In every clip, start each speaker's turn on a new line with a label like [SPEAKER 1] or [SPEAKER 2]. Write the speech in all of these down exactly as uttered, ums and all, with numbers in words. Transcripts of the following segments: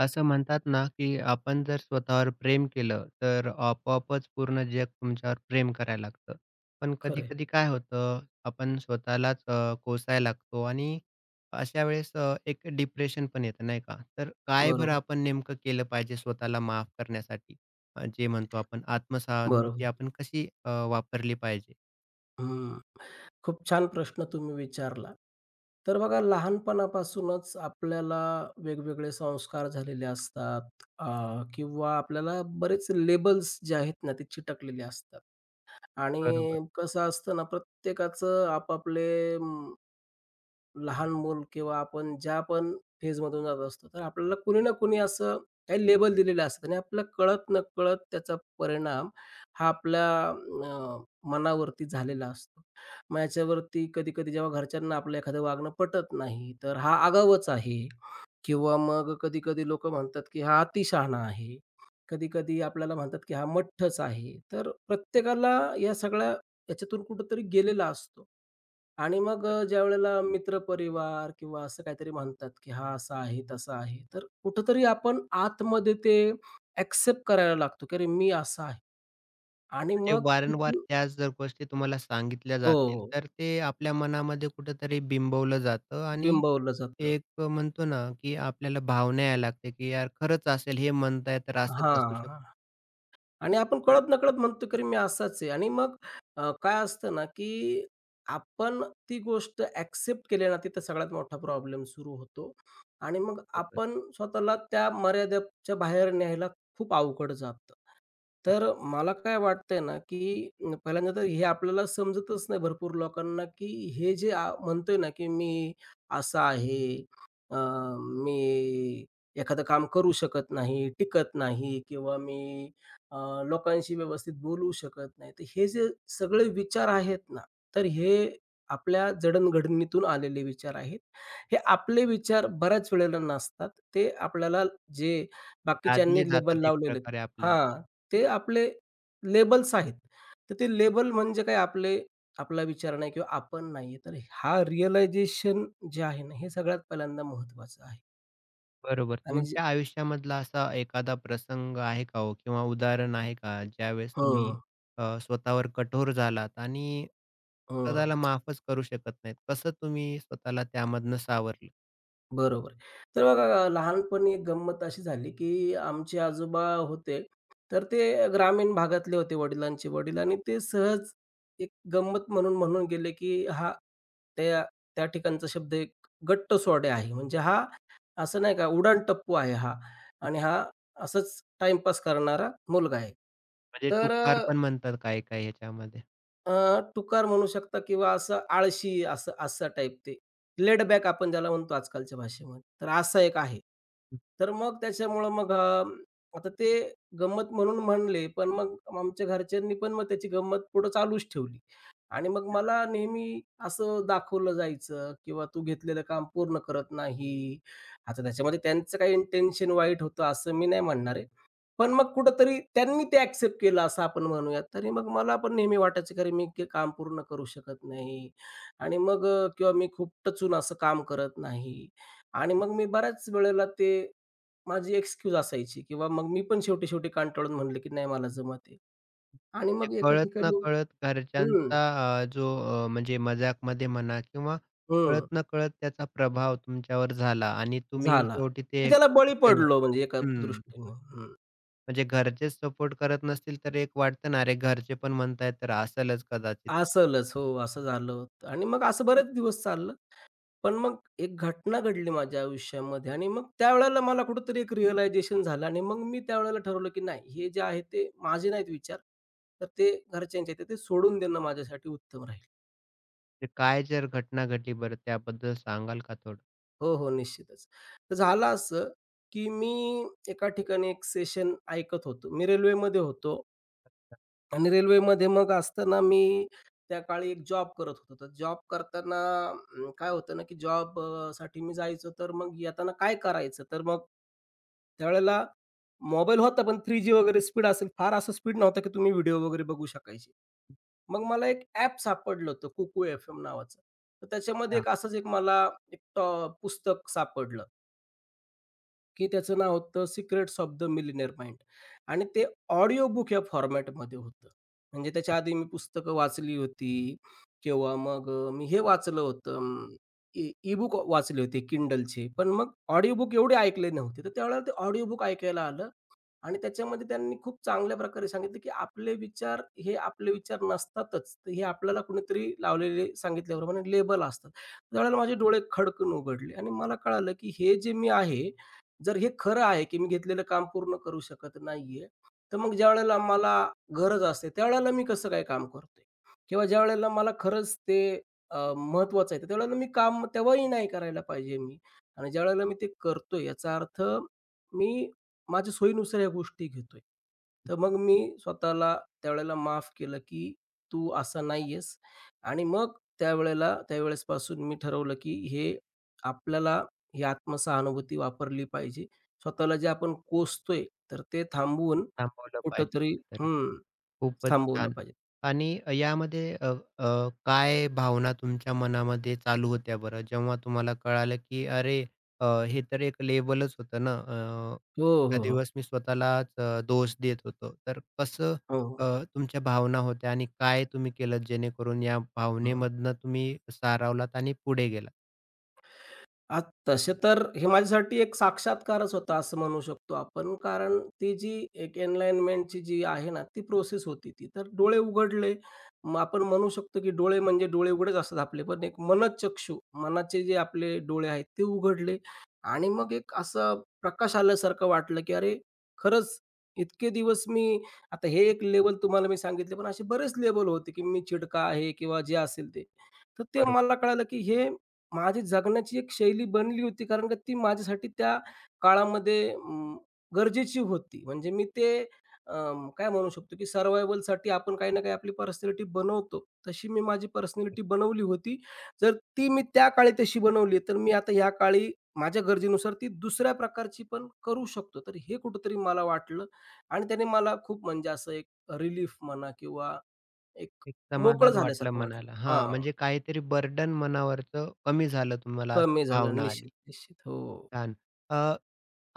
[SPEAKER 1] असं म्हणतात ना, की आपण जर स्वतःवर प्रेम केलं, तर आपोआपच पूर्ण जग तुमच्यावर प्रेम करायला लागतं. पण
[SPEAKER 2] खरं आहे.
[SPEAKER 1] कधी-कधी काय होतं, आपण स्वतःलाच अ, कोसायला लागतो आणि अशा वेळेस अ, एक डिप्रेशन पण येतं, नाही का? तर काय बरं
[SPEAKER 2] बरोबर,
[SPEAKER 1] आपण नेमकं केलं पाहिजे स्वतःला माफ करण्यासाठी? अ, जे म्हणतो आपण
[SPEAKER 2] बरोबर.
[SPEAKER 1] आत्मसहानुभूती आपण कशी अ, वापरली पाहिजे?
[SPEAKER 2] हं. खूप छान प्रश्न तुम्ही विचारला. तर बघा लहानपणापासूनच आपल्याला वेगवेगळे संस्कार झालेले असतात अ, किंवा आपल्याला बरेच लेबल्स जे आहेत ना ते चिटकलेले असतात
[SPEAKER 1] बरोबर.
[SPEAKER 2] आणि कसं असतं ना प्रत्येकाचं आपापले लहान मूल किंवा आपण ज्या पण फेजमधून जात असतो, तर आपल्याला कुणी ना कुणी असं काही लेबल दिलेलं असतं आणि आपल्याला कळत-नकळत त्याचा परिणाम हा आपल्या अ, मनावरती झालेला असतो. मग याच्यावरती कधी-कधी जेव्हा घरच्यांना आपलं एखादं वागणं पटत नाही, तर हा आगाऊच आहे किंवा मग कधी-कधी लोकं म्हणतात, की हा अतिशहाणा आहे. कधी-कधी आपल्याला म्हणतात, की हा मठ्ठच आहे. तर प्रत्येकाला या सगळ्या याच्यातून कुठेतरी गेलेला असतो. आणि मग अ, ज्यावेळेला मित्रपरिवार किंवा असं काहीतरी म्हणतात, की हा असा आहे, तसा आहे. तर कुठेतरी आपण आतमध्ये ते ॲक्सेप्ट करायला लागतो, की अरे मी असा आहे आणि
[SPEAKER 1] जे
[SPEAKER 2] मग
[SPEAKER 1] वारंवार
[SPEAKER 2] तिथून
[SPEAKER 1] त्याच जर गोष्टी तुम्हाला सांगितल्या
[SPEAKER 2] हो, हो,
[SPEAKER 1] जातील,
[SPEAKER 2] हो,
[SPEAKER 1] तर ते आपल्या मनामध्ये कुठेतरी बिंबवलं जातं आणि
[SPEAKER 2] बिंबवलं जातं.
[SPEAKER 1] एक अ, म्हणतो ना, की आपल्याला भावना यायला लागते, की यार खरंच असेल हे म्हणताय तर असंच असू शकतं.
[SPEAKER 2] हां. आणि आपण कळत-नकळत म्हणतो, की अरे, मी असाच आहे आणि मग अ, काय असतं ना, की आपण ती गोष्ट ॲक्सेप्ट केली ना, तिथं सगळ्यात मोठा प्रॉब्लेम सुरू होतो आणि मग
[SPEAKER 1] बरोबर.
[SPEAKER 2] आपण स्वतःला त्या मर्यादेच्या बाहेर न्यायला खूप अवघड जातं. तर मला काय वाटतंय ना, की अं, पहिल्यांदा तर हे आपल्याला समजतच नाही भरपूर लोकांना, की हे जे आ म्हणतोय ना, की मी असा आहे, अ, मी एखादं काम करू शकत नाही, टिकत नाही किंवा मी अ, लोकांशी व्यवस्थित बोलू शकत नाही. तर हे जे सगळे विचार आहेत ना, तर हे आपल्या जडणघडणीतून आलेले विचार आहेत. हे आपले विचार बऱ्याच वेळेला नसतात. ते आपल्याला जे बाकीच्यांनी
[SPEAKER 1] लादले
[SPEAKER 2] लेबल
[SPEAKER 1] जातात एक
[SPEAKER 2] लावलेले आहेत
[SPEAKER 1] प्रकारे आपल्या
[SPEAKER 2] हां, ते आपले लेबल्स आहेत. तर ते लेबल म्हणजे काय आपले आपला विचार नाही किंवा आपण नाहीये. तर हा रिअलायझेशन जे आहे ना, हे सगळ्यात पहिल्यांदा महत्त्वाचं आहे
[SPEAKER 1] बरोबर.
[SPEAKER 2] आणि जे
[SPEAKER 1] तुमच्या आयुष्यामधला असा एखादा प्रसंग आहे का हो किंवा उदाहरण आहे का ज्यावेळेस तुम्ही
[SPEAKER 2] हं,
[SPEAKER 1] अ, स्वतःवर कठोर झालात आणि स्वतःला
[SPEAKER 2] हं.
[SPEAKER 1] माफच करू शकत नाहीत. कसं तुम्ही स्वतःला त्यामधनं सावरलं?
[SPEAKER 2] बरोबर. तर बघा अ, लहानपणी एक गंमत अशी झाली, की आमचे आजोबा होते, तर ते ग्रामीण भागातले होते वडिलांचे वडील आणि ते सहज एक गंमत म्हणून म्हणून गेले, की हा त्या त्या ठिकाणचा शब्द एक गट्ट सोडे आहे. म्हणजे हा असं नाही का उडाणटप्पू आहे हा आणि हा असंच टाईमपास करणारा मुलगा आहे.
[SPEAKER 1] म्हणजे
[SPEAKER 2] तर
[SPEAKER 1] टुकार पण म्हणतात काही-काही ह्याच्यामध्ये.
[SPEAKER 2] अ, टुकार म्हणू शकता किंवा असं आळशी असं असा टाईप ते. लेड बॅक आपण ज्याला म्हणतो आजकालच्या भाषेमध्ये. तर असा एक आहे. तर मग त्याच्यामुळं मग अ, आता ते गंमत म्हणून म्हणले, पण मग आमच्या घरच्यांनी पण मग त्याची गंमत पुढं चालूच ठेवली. आणि मग मला नेहमी असं दाखवलं जायचं किंवा तू घेतलेलं काम पूर्ण करत नाही. आता त्याच्यामध्ये त्यांचं काही इंटेन्शन वाईट होतं असं मी नाही म्हणणार आहे. पण मग कुठेतरी त्यांनी ते ॲक्सेप्ट केलं असं आपण म्हणूयात. तरी मग मला पण नेहमी वाटायचं की मी ते काम पूर्ण करू शकत नाही आणि मग अ, किंवा मी खूप टचून असं काम करत नाही आणि मग मी बऱ्याच वेळेला ते माझी एक्सक्यूज असायची किंवा मग मी पण शेवटी-शेवटी कंटाळून म्हणलं की नाही मला जमत आहे आणि
[SPEAKER 1] म्हणजे
[SPEAKER 2] मग एका ठिकाणी
[SPEAKER 1] कळत-नकळत
[SPEAKER 2] हं,
[SPEAKER 1] घरच्यांचा अ, जो अ, म्हणजे मजाकमध्ये म्हणा किंवा
[SPEAKER 2] हं,
[SPEAKER 1] कळत-नकळत त्याचा प्रभाव तुमच्यावर झाला आणि तुम्ही
[SPEAKER 2] झाला.
[SPEAKER 1] शेवटी ते
[SPEAKER 2] मी त्याला
[SPEAKER 1] एक्सेप्टच
[SPEAKER 2] बळी
[SPEAKER 1] केलं.
[SPEAKER 2] पडलो म्हणजे एका
[SPEAKER 1] हं.
[SPEAKER 2] दृष्टीने. हं.
[SPEAKER 1] म्हणजे घरचेच सपोर्ट करत नसतील तर एक वाटतं ना, अरे घरचे पण म्हणतायत तर असेलच कदाचित.
[SPEAKER 2] असलच. हो, असं झालं होतं आणि मग असं बरेच दिवस चाललं. पण मग एक घटना घडली माझ्या आयुष्यामध्ये आणि मग त्यावेळेला मला कुठेतरी एक रिअलायझेशन झालं आणि मग मी त्यावेळेला ठरवलं, की नाही हे जे आहे ते माझे नाहीत विचार, तर ते घरच्यांचे आहेत, तर ते सोडून देणं माझ्यासाठी उत्तम राहील.
[SPEAKER 1] म्हणजे काय जर घटना घडली बरं त्याबद्दल सांगाल का थोडं?
[SPEAKER 2] हो, हो, निश्चितच. तर झालं असं, की मी एका ठिकाणी एक सेशन ऐकत होतो. मी रेल्वेमध्ये होतो आणि रेल्वेमध्ये मग असताना मी त्या काळी एक जॉब करत होतो. तर जॉब करताना अं, काय होतं ना, की जॉब साठी मी जायचो, तर मग येताना काय करायचं? तर मग त्यावेळेला मोबाईल होता, पण थ्री जी वगैरे स्पीड असेल. फार असं स्पीड नव्हता, की तुम्ही व्हिडिओ वगैरे बघू शकायचे. मग मला एक ॲप सापडलं होतं कुकू एफ-एम नावाचं. तर त्याच्यामध्ये
[SPEAKER 1] हां,
[SPEAKER 2] एक असंच एक मला एक टॉ पुस्तक सापडलं, की त्याचं नाव होतं secrets of the millionaire mind आणि ते ऑडिओ बुक या फॉर्मॅटमध्ये होतं. म्हणजे त्याच्या आधी मी पुस्तकं वाचली होती किंवा मग अ, मी हे वाचलं होतं अं, ई ई-बुक वाचले होते Kindleचे. पण मग ऑडिओ बुक एवढे ऐकले नव्हते. तर त्यावेळेला ते ऑडिओ बुक ऐकायला आलं आणि त्याच्यामध्ये त्यांनी खूप चांगल्या प्रकारे सांगितलं, की आपले विचार हे आपले विचार नसतातच. तर हे आपल्याला कुणीतरी लावलेले सांगितल्याप्रमाणे लेबल असतात. त्यावेळेला माझे डोळे खडकन उघडले आणि मला कळालं, की हे जे मी आहे, जर हे खरं आहे, की मी घेतलेलं काम पूर्ण करू शकत नाहीये, तर मग ज्यावेळेला मला गरज असते, त्यावेळेला मी कसं काय काम करतोय? किंवा ज्यावेळेला मला खरंच ते महत्वाचं आहे, तर त्यावेळेला मी काम तेव्हाही नाही करायला पाहिजे मी. आणि ज्यावेळेला मी ते करतोय याचा अर्थ मी माझ्या सोयीनुसार या गोष्टी घेतोय. तर मग मी स्वतःला त्यावेळेला माफ केलं, की तू असा नाहीयेस आणि मग त्यावेळेला त्यावेळेसपासून मी ठरवलं, की हे आपल्याला ही आत्मसहानुभूती वापरली पाहिजे. स्वतःला जे आपण कोसतोय, तर ते थांबवून
[SPEAKER 1] थांबवलं पाहिजे
[SPEAKER 2] कुठेतरी
[SPEAKER 1] कुठेतरी.
[SPEAKER 2] हं,
[SPEAKER 1] खूपच
[SPEAKER 2] थांबवलं
[SPEAKER 1] छान.
[SPEAKER 2] पाहिजे.
[SPEAKER 1] आणि यामध्ये अ, अ, काय भावना तुमच्या मनामध्ये चालू होत्या बरं? जेव्हा तुम्हाला कळालं, की अरे, अ, हे तर एक लेबलच होतं ना. अ,
[SPEAKER 2] हो,
[SPEAKER 1] त्या
[SPEAKER 2] हो, हो.
[SPEAKER 1] दिवस मी स्वतःलाच अ, दोष देत होतो. तर कसं
[SPEAKER 2] हो,
[SPEAKER 1] अ,
[SPEAKER 2] हो.
[SPEAKER 1] तुमच्या भावना होत्या आणि काय तुम्ही केलत जेणेकरून या भावनेमधनं तुम्ही सारावलात आणि पुढे गेलात?
[SPEAKER 2] आ, तसे तर हे माझ्यासाठी एक साक्षात्कारच होता असं म्हणू शकतो आपण. कारण ती जी एक एनलाइनमेंटची जी आहे ना, ती प्रोसेस होती ती. तर डोळे उघडले. मग आपण म्हणू शकतो की डोळे म्हणजे डोळे उघडेच असतात आपले, पण एक मनःचक्षू, मनाचे जे आपले डोळे आहेत ते उघडले आणि मग एक असं प्रकाश आल्यासारखं वाटलं की अरे, खरंच इतके दिवस मी आता हे एक लेव्हल तुम्हाला मी सांगितले, पण असे बरेच लेव्हल होते की मी चिडका आहे किंवा जे असेल ते. तर ते
[SPEAKER 1] बरोबर.
[SPEAKER 2] मला कळालं, की हे माझी जगण्याची एक शैली बनली होती, कारण का ती माझ्यासाठी त्या काळामध्ये अं, गरजेची होती. म्हणजे मी ते अं, काय म्हणू शकतो, की सर्व्हायव्हलसाठी आपण काही ना काही आपली पर्सनॅलिटी बनवतो. तशी मी माझी पर्सनॅलिटी बनवली होती. जर ती मी त्या काळी तशी बनवली, तर मी आता या काळी माझ्या गरजेनुसार ती दुसऱ्या प्रकारची पण करू शकतो. तर हे कुठेतरी मला वाटलं आणि त्याने मला खूप म्हणजे असं एक रिलीफ म्हणा किंवा एक
[SPEAKER 1] एक
[SPEAKER 2] मोकळं
[SPEAKER 1] समाधान वाटलं
[SPEAKER 2] झाल्यासारखं वाटलं.
[SPEAKER 1] मनाला. हां,
[SPEAKER 2] हां.
[SPEAKER 1] म्हणजे काहीतरी बर्डन मनावरचं कमी झालं तुम्हाला अशी
[SPEAKER 2] कमी झालं.
[SPEAKER 1] भावना आली.
[SPEAKER 2] निश्चित, निश्चित. हो.
[SPEAKER 1] छान.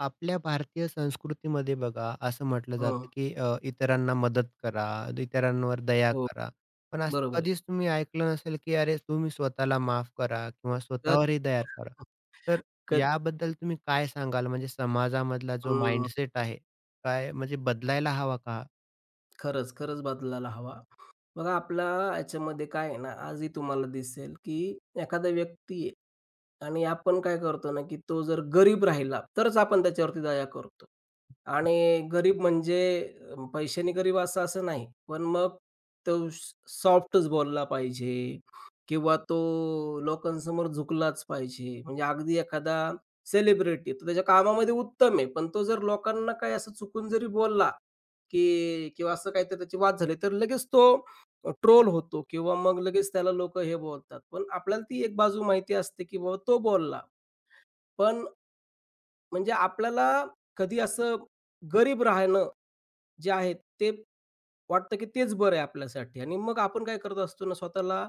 [SPEAKER 1] आपल्या भारतीय संस्कृतीमध्ये बघा, असं म्हटलं जातं,
[SPEAKER 2] हं.
[SPEAKER 1] की अ, इतरांना मदत करा, इतरांवर दया
[SPEAKER 2] हो.
[SPEAKER 1] करा. पण असं
[SPEAKER 2] बरोबर आहे.
[SPEAKER 1] कधीच तुम्ही ऐकलं नसेल, की "अरे, तुम्ही स्वतःला माफ करा किंवा
[SPEAKER 2] कद
[SPEAKER 1] स्वतःवरही दया करा." तर
[SPEAKER 2] कद
[SPEAKER 1] याबद्दल तुम्ही काय सांगाल? म्हणजे समाजामधला जो
[SPEAKER 2] हं.
[SPEAKER 1] माइंडसेट आहे, काय म्हणजे बदलायला हवा का?
[SPEAKER 2] खरंच, खरंच बदलायला हवा बघा आपला याच्यामध्ये काय आहे ना, आजही तुम्हाला दिसेल, की एखादा व्यक्ती आहे आणि आपण काय करतो ना, की तो जर गरीब राहिला, तरच आपण त्याच्यावरती दया करतो. आणि गरीब म्हणजे अ, पैशाने गरीब असं असं नाही. पण मग तो स सॉफ्टच बोलला पाहिजे किंवा तो लोकांसमोर झुकलाच पाहिजे. म्हणजे अगदी एखादा सेलिब्रिटी तो त्याच्या कामामध्ये उत्तम आहे. पण तो जर लोकांना काही असं चुकून जरी बोलला, की किंवा असं काहीतरी त्याची वाद झाली, तर लगेच तो ट्रोल होतो किंवा मग लगेच त्याला लोकं हे बोलतात. पण आपल्याला ती एक बाजू माहिती असते, की बाबा तो बोलला. पण म्हणजे आपल्याला कधी असं गरीब राहणं जे आहे ते वाटतं, की तेच बरं आहे आपल्यासाठी आणि मग आपण काय करत असतो ना, स्वतःला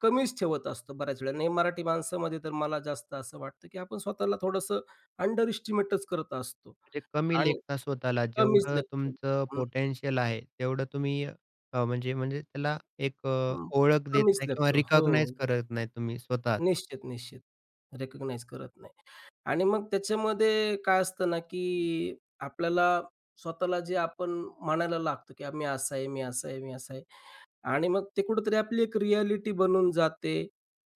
[SPEAKER 2] कमीच ठेवत असतो बऱ्याच वेळा. आणि मराठी माणसामध्ये तर मला जास्त असं वाटतं, की आपण स्वतःला थोडंसं अंडर एस्टिमेटच करत असतो
[SPEAKER 1] म्हणजे कमी
[SPEAKER 2] आणि
[SPEAKER 1] लेखता स्वतःला.
[SPEAKER 2] कमीच
[SPEAKER 1] जेवढं
[SPEAKER 2] लेखतो.
[SPEAKER 1] तुमचं
[SPEAKER 2] हं,
[SPEAKER 1] पोटेन्शियल आहे, तेवढं तुम्ही अ, म्हणजे म्हणजे त्याला एक अ,
[SPEAKER 2] हं.
[SPEAKER 1] ओळख देत
[SPEAKER 2] कमीच
[SPEAKER 1] नाही किंवा
[SPEAKER 2] लेखतो. हो.
[SPEAKER 1] रिकॉग्नाइज करत नाही तुम्ही स्वतःच.
[SPEAKER 2] निश्चित, निश्चित. रिकॉग्नाइज करत नाही. आणि मग त्याच्यामध्ये काय असतं ना, की आपल्याला स्वतःला जे आपण म्हणायला लागतो, की मी असा आहे, मी असा आहे, मी असा आहे. आणि मग ते कुठेतरी आपली एक रिॲलिटी बनून जाते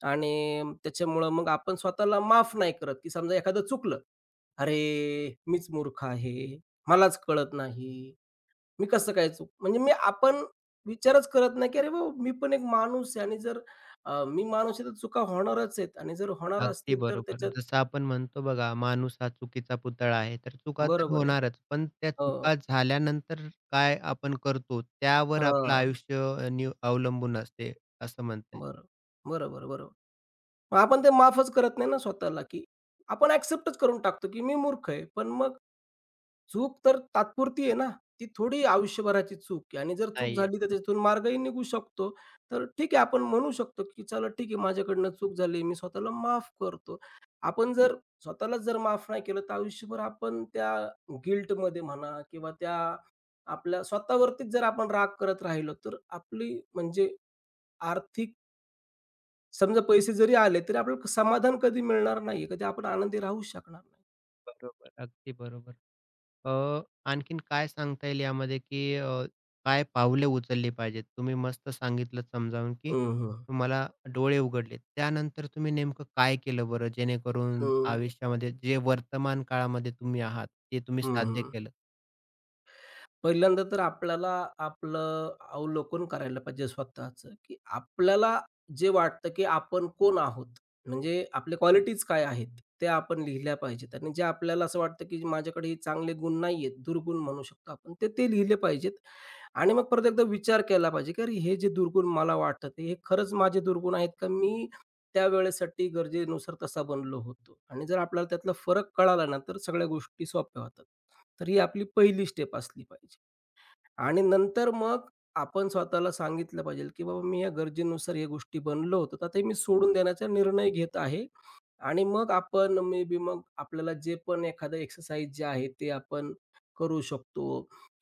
[SPEAKER 2] आणि त्याच्यामुळं मग आपण स्वतःला माफ नाही करत, की समजा एखादं चुकलं, "अरे, मीच मूर्ख आहे, मलाच कळत नाही, मी कसं काय चूक" म्हणजे मी आपण विचारच करत नाही, की "अरे बाबा, मी पण एक माणूस आहे आणि जर अ, मी माणूस आहे तर चुका होणारच आहेत आणि जर होणार
[SPEAKER 1] अगदी
[SPEAKER 2] असतील तर
[SPEAKER 1] बरोबर.
[SPEAKER 2] त्याच्यात"
[SPEAKER 1] जसं आपण म्हणतो बघा, माणूस हा चुकीचा पुतळा आहे. तर चुका तर
[SPEAKER 2] बरोबर आहे.
[SPEAKER 1] होणारच. पण त्या
[SPEAKER 2] हो.
[SPEAKER 1] चुका झाल्यानंतर काय आपण करतो, त्यावर आपलं
[SPEAKER 2] हां,
[SPEAKER 1] आयुष्य अ, नि अवलंबून असते, असं म्हणता
[SPEAKER 2] बरं. बरोबर, बरोबर. मग आपण ते माफच करत नाही ना स्वतःला, की आपण ॲक्सेप्टच करून टाकतो, की मी मूर्ख आहे. पण मग चूक तर तात्पुरती आहे ना, ती थोडी आयुष्यभराची चूक आहे आणि जर चूक
[SPEAKER 1] नाहीये
[SPEAKER 2] झाली तर
[SPEAKER 1] बरोबर.
[SPEAKER 2] त्याच्यातून मार्गही निघू शकतो. तर ठीक आहे आपण म्हणू शकतो, की चला ठीक आहे माझ्याकडनं चूक झाली, मी स्वतःला माफ करतो. आपण जर स्वतःलाच जर माफ नाही केलं, तर आयुष्यभर आपण त्या गिल्टमध्ये म्हणा किंवा त्या आपल्या स्वतःवरतीच जर आपण राग करत राहिलो, तर आपली म्हणजे आर्थिक समजा पैसे जरी आले, तरी आपल्याला समाधान कधी मिळणार नाहीये, कधी आपण आनंदी राहूच शकणार नाही.
[SPEAKER 1] बरोबर. अगदी बरोबर. अ, आणखीन काय सांगता येईल यामध्ये, की अ, काय पावले उचलली पाहिजेत? तुम्ही मस्त सांगितलंत समजावून, की
[SPEAKER 2] हं, हं.
[SPEAKER 1] तुम्हाला डोळे उघडलेत. त्यानंतर तुम्ही नेमकं काय केलं बरं, जेणेकरून
[SPEAKER 2] हं,
[SPEAKER 1] आयुष्यामध्ये जे वर्तमान काळामध्ये तुम्ही आहात, ते तुम्ही साध्य
[SPEAKER 2] हं,
[SPEAKER 1] केलं?
[SPEAKER 2] पहिल्यांदा तर आपल्याला आपलं अवलोकन करायला पाहिजे स्वतःचं, की आपल्याला जे वाटतं, की आपण कोण आहोत? म्हणजे आपल्या क्वालिटीज काय आहेत? त्या आपण लिहिल्या पाहिजेत आणि जे आपल्याला असं वाटतं, की माझ्याकडे हे चांगले गुण नाहीयेत, दुर्गुण म्हणू शकतो आपण, तर ते लिहिले पाहिजेत आणि मग परत एकदा विचार केला पाहिजे, की अरे हे जे दुर्गुण मला वाटतात, हे खरंच माझे दुर्गुण आहेत का? मी त्यावेळेसाठी गरजेनुसार तसा बनलो होतो आणि जर आपल्याला त्यातला फरक कळाला ना, तर सगळ्या गोष्टी सोप्या होतात. तर ही आपली पहिली स्टेप असली पाहिजे. आणि नंतर मग आपण स्वतःला सांगितलं पाहिजे, की बाबा मी या गरजेनुसार या गोष्टी बनलो होतो, तर ते मी सोडून देण्याचा निर्णय घेत आहे. आणि मग आपण मे बी मग आपल्याला जे पण एखादं एक्सरसाइज जे आहे ते आपण करू शकतो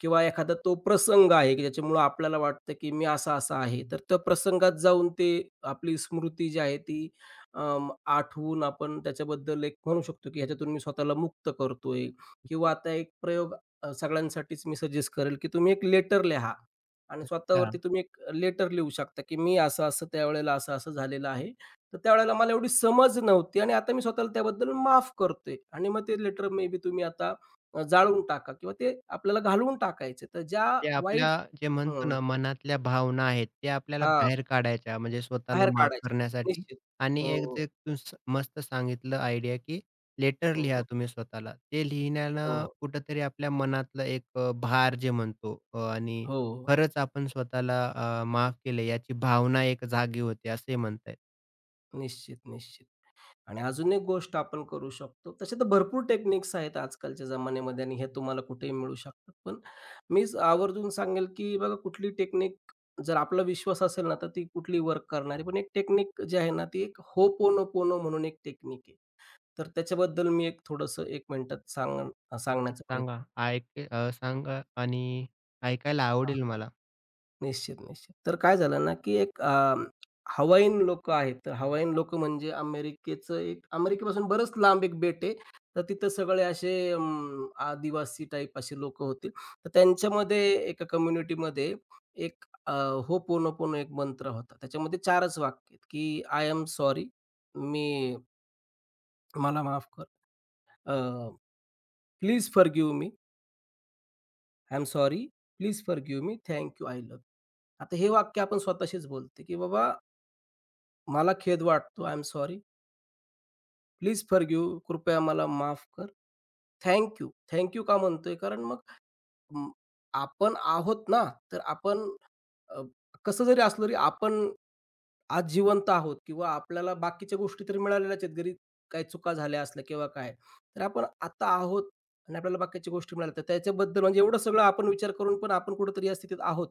[SPEAKER 2] किंवा एखादा तो प्रसंग आहे, की ज्याच्यामुळं आपल्याला वाटतं, की मी असा-असा आहे. तर त्या प्रसंगात जाऊन ते आपली स्मृती जी आहे ती अं, आठवून आपण त्याच्याबद्दल एक म्हणू शकतो, की ह्याच्यातून मी स्वतःला मुक्त करतोय किंवा आता एक प्रयोग अ, सगळ्यांसाठीच मी सजेस्ट करेल, की तुम्ही एक लेटर लिहा आणि स्वतःवरती तुम्ही एक लेटर लिहू शकता, की मी असं-असं त्यावेळेला असं-असं झालेलं आहे तर त्यावेळेला मला एवढी समज नव्हती आणि आता मी स्वतःला त्याबद्दल माफ करतोय आणि मग ते लेटर मे बी तुम्ही आता अ, जाळून टाका किंवा ते आपल्याला घालवून टाकायचे. तर ज्या
[SPEAKER 1] ते आपल्या
[SPEAKER 2] वाईट
[SPEAKER 1] जे म्हणतो
[SPEAKER 2] हं,
[SPEAKER 1] ना, मनातल्या भावना आहेत, ते आपल्याला
[SPEAKER 2] हां,
[SPEAKER 1] बाहेर काढायच्या म्हणजे स्वतःला
[SPEAKER 2] बाहेर
[SPEAKER 1] माफ
[SPEAKER 2] काढायच्या.
[SPEAKER 1] करण्यासाठी
[SPEAKER 2] निश्चित.
[SPEAKER 1] आणि एक
[SPEAKER 2] हो,
[SPEAKER 1] जे तू स मस्त सांगितलं आयडिया, की लेटर
[SPEAKER 2] हो,
[SPEAKER 1] लिहा
[SPEAKER 2] हो,
[SPEAKER 1] तुम्ही स्वतःला. ते लिहिण्यानं
[SPEAKER 2] हो,
[SPEAKER 1] कुठेतरी आपल्या मनातलं एक अ, भार जे म्हणतो अ, आणि
[SPEAKER 2] हो,
[SPEAKER 1] खरंच आपण स्वतःला अ, माफ केलं याची भावना एक जागी होते, असे म्हणताय.
[SPEAKER 2] निश्चित, निश्चित. आणि अजून एक गोष्ट आपण करू शकतो. तसे तर भरपूर टेक्निक्स आहेत आजकालच्या जमान्यामध्ये आणि हे तुम्हाला कुठेही मिळू शकतात. पण मी स- आवर्जून सांगेल, की बघा कुठली टेक्निक जर आपला विश्वास असेल ना, तर ती कुठली वर्क करणारी. पण एक टेक्निक जी आहे ना, ती एक Ho'oponopono म्हणून एक टेक्निक आहे. तर त्याच्याबद्दल मी एक थोडंसं एक मिनिटात सांगण सांगण्याचा प्रयत्न
[SPEAKER 1] सांगा ऐक अ, सांगा आणि ऐकायला आवडेल मला.
[SPEAKER 2] निश्चित, निश्चित. तर काय झालं ना, की एक अ, हवाईन लोकं आहेत. तर हवाईन लोकं म्हणजे अमेरिकेचं एक अमेरिकेपासून बरंच लांब एक बेट आहे. तर तिथं सगळे असे अं, आदिवासी टाइप असे लोकं होते. तर त्यांच्यामध्ये एका कम्युनिटीमध्ये एक अ, Ho'oponopono एक मंत्र होता. त्याच्यामध्ये चारच वाक्य आहेत, की "आय एम सॉरी" मी "मला माफ कर." अ, "please forgive me." "I am sorry." "Please forgive me." "Thank you. I love आता हे वाक्य आपण स्वतःशीच बोलतो, की बाबा मला खेद वाटतो. I am sorry. Please forgive कृपया मला माफ कर. Thank you. थँक यू का म्हणतोय? कारण मग अं, आपण आहोत ना, तर आपण अ, कसं जरी असलं तरी आपण आज जिवंत आहोत किंवा आपल्याला बाकीच्या गोष्टी तरी मिळालेल्याच आहेत. जरी काही चुका झाल्या असल्या किंवा काय, तर आपण आता आहोत आणि आपल्याला बाकीच्या गोष्टी मिळाल्या. तर त्याच्याबद्दल म्हणजे एवढं सगळं आपण विचार करून पण आपण कुठेतरी या स्थितीत आहोत.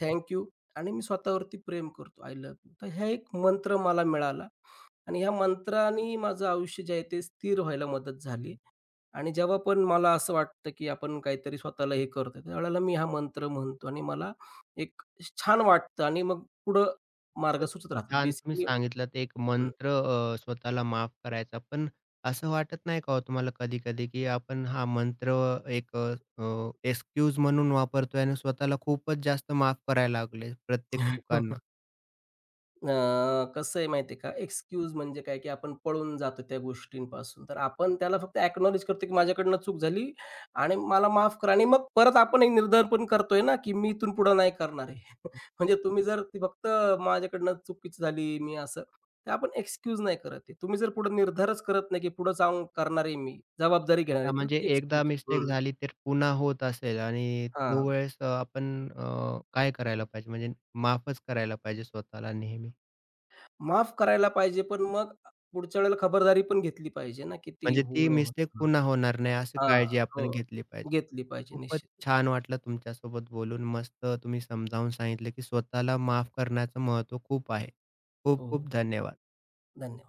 [SPEAKER 2] थँक आणि मी स्वतःवरती प्रेम करतो. I love you. तर हा एक मंत्र मला मिळाला आणि ह्या मंत्राने माझं आयुष्य जे आहे ते स्थिर व्हायला मदत झाली आणि जेव्हा पण मला असं वाटतं, की आपण काहीतरी स्वतःला हे करतोय, त्यावेळेला मी हा मंत्र म्हणतो आणि मला एक छान वाटतं आणि मग पुढं मार्ग
[SPEAKER 1] खूपच
[SPEAKER 2] सुचत राहतात.
[SPEAKER 1] छान तुम्ही
[SPEAKER 2] बेसिकली
[SPEAKER 1] सांगितलात एक मंत्र अ, स्वतःला माफ करायचा. पण असं वाटत नाही का हो तुम्हाला कधी-कधी, की आपण हा मंत्र एक अ, अ, एक्सक्यूज म्हणून वापरतोय आणि स्वतःला खूपच जास्त माफ करायला लागले प्रत्येक
[SPEAKER 2] हं.
[SPEAKER 1] चुकांना?
[SPEAKER 2] अ, कसं आहे माहिती आहे का, एक्सक्यूज म्हणजे काय, की आपण पळून जातो त्या गोष्टींपासून. तर आपण त्याला फक्त अॅक्नॉलेज करतो, की माझ्याकडनं चूक झाली आणि मला माफ करा आणि मग परत आपण एक निर्धारपण करतोय ना, की मी इथून पुढं नाही करणार आहे. म्हणजे तुम्ही जर ती फक्त माझ्याकडनं चुकीच झाली, मी असं, तर आपण एक्सक्यूज नाही करत आहे. तुम्ही जर पुढे निर्धारच करत नाही, की पुढे जाऊन करणार आहे मी, जबाबदारी घेणार आहे,
[SPEAKER 1] त्या
[SPEAKER 2] तर
[SPEAKER 1] म्हणजे
[SPEAKER 2] एक्सक्यूज.
[SPEAKER 1] एकदा मिस्टेक
[SPEAKER 2] हं.
[SPEAKER 1] झाली तर पुन्हा होत असेल आणि तो वेळेस अ, आपण अ, काय करायला पाहिजे म्हणजे माफच करायला पाहिजे स्वतःला नेहमी?
[SPEAKER 2] माफ करायला पाहिजे, पण मग पुढच्या वेळेला खबरदारी पण घेतली पाहिजे ना, की ती
[SPEAKER 1] म्हणजे
[SPEAKER 2] होऊ
[SPEAKER 1] ती
[SPEAKER 2] नये
[SPEAKER 1] मिस्टेक
[SPEAKER 2] म्हणून.
[SPEAKER 1] पुन्हा होणार नाही अशी
[SPEAKER 2] हां,
[SPEAKER 1] काळजी आपण
[SPEAKER 2] हो.
[SPEAKER 1] घेतली पाहिजे.
[SPEAKER 2] घेतली पाहिजे
[SPEAKER 1] खूपच
[SPEAKER 2] निश्चितच.
[SPEAKER 1] छान वाटलं तुमच्यासोबत बोलून. मस्त तुम्ही समजावून सांगितलं, की स्वतःला माफ करण्याचं महत्त्व खूप आहे. खूप
[SPEAKER 2] हो,
[SPEAKER 1] खूप धन्यवाद.
[SPEAKER 2] धन्यवाद.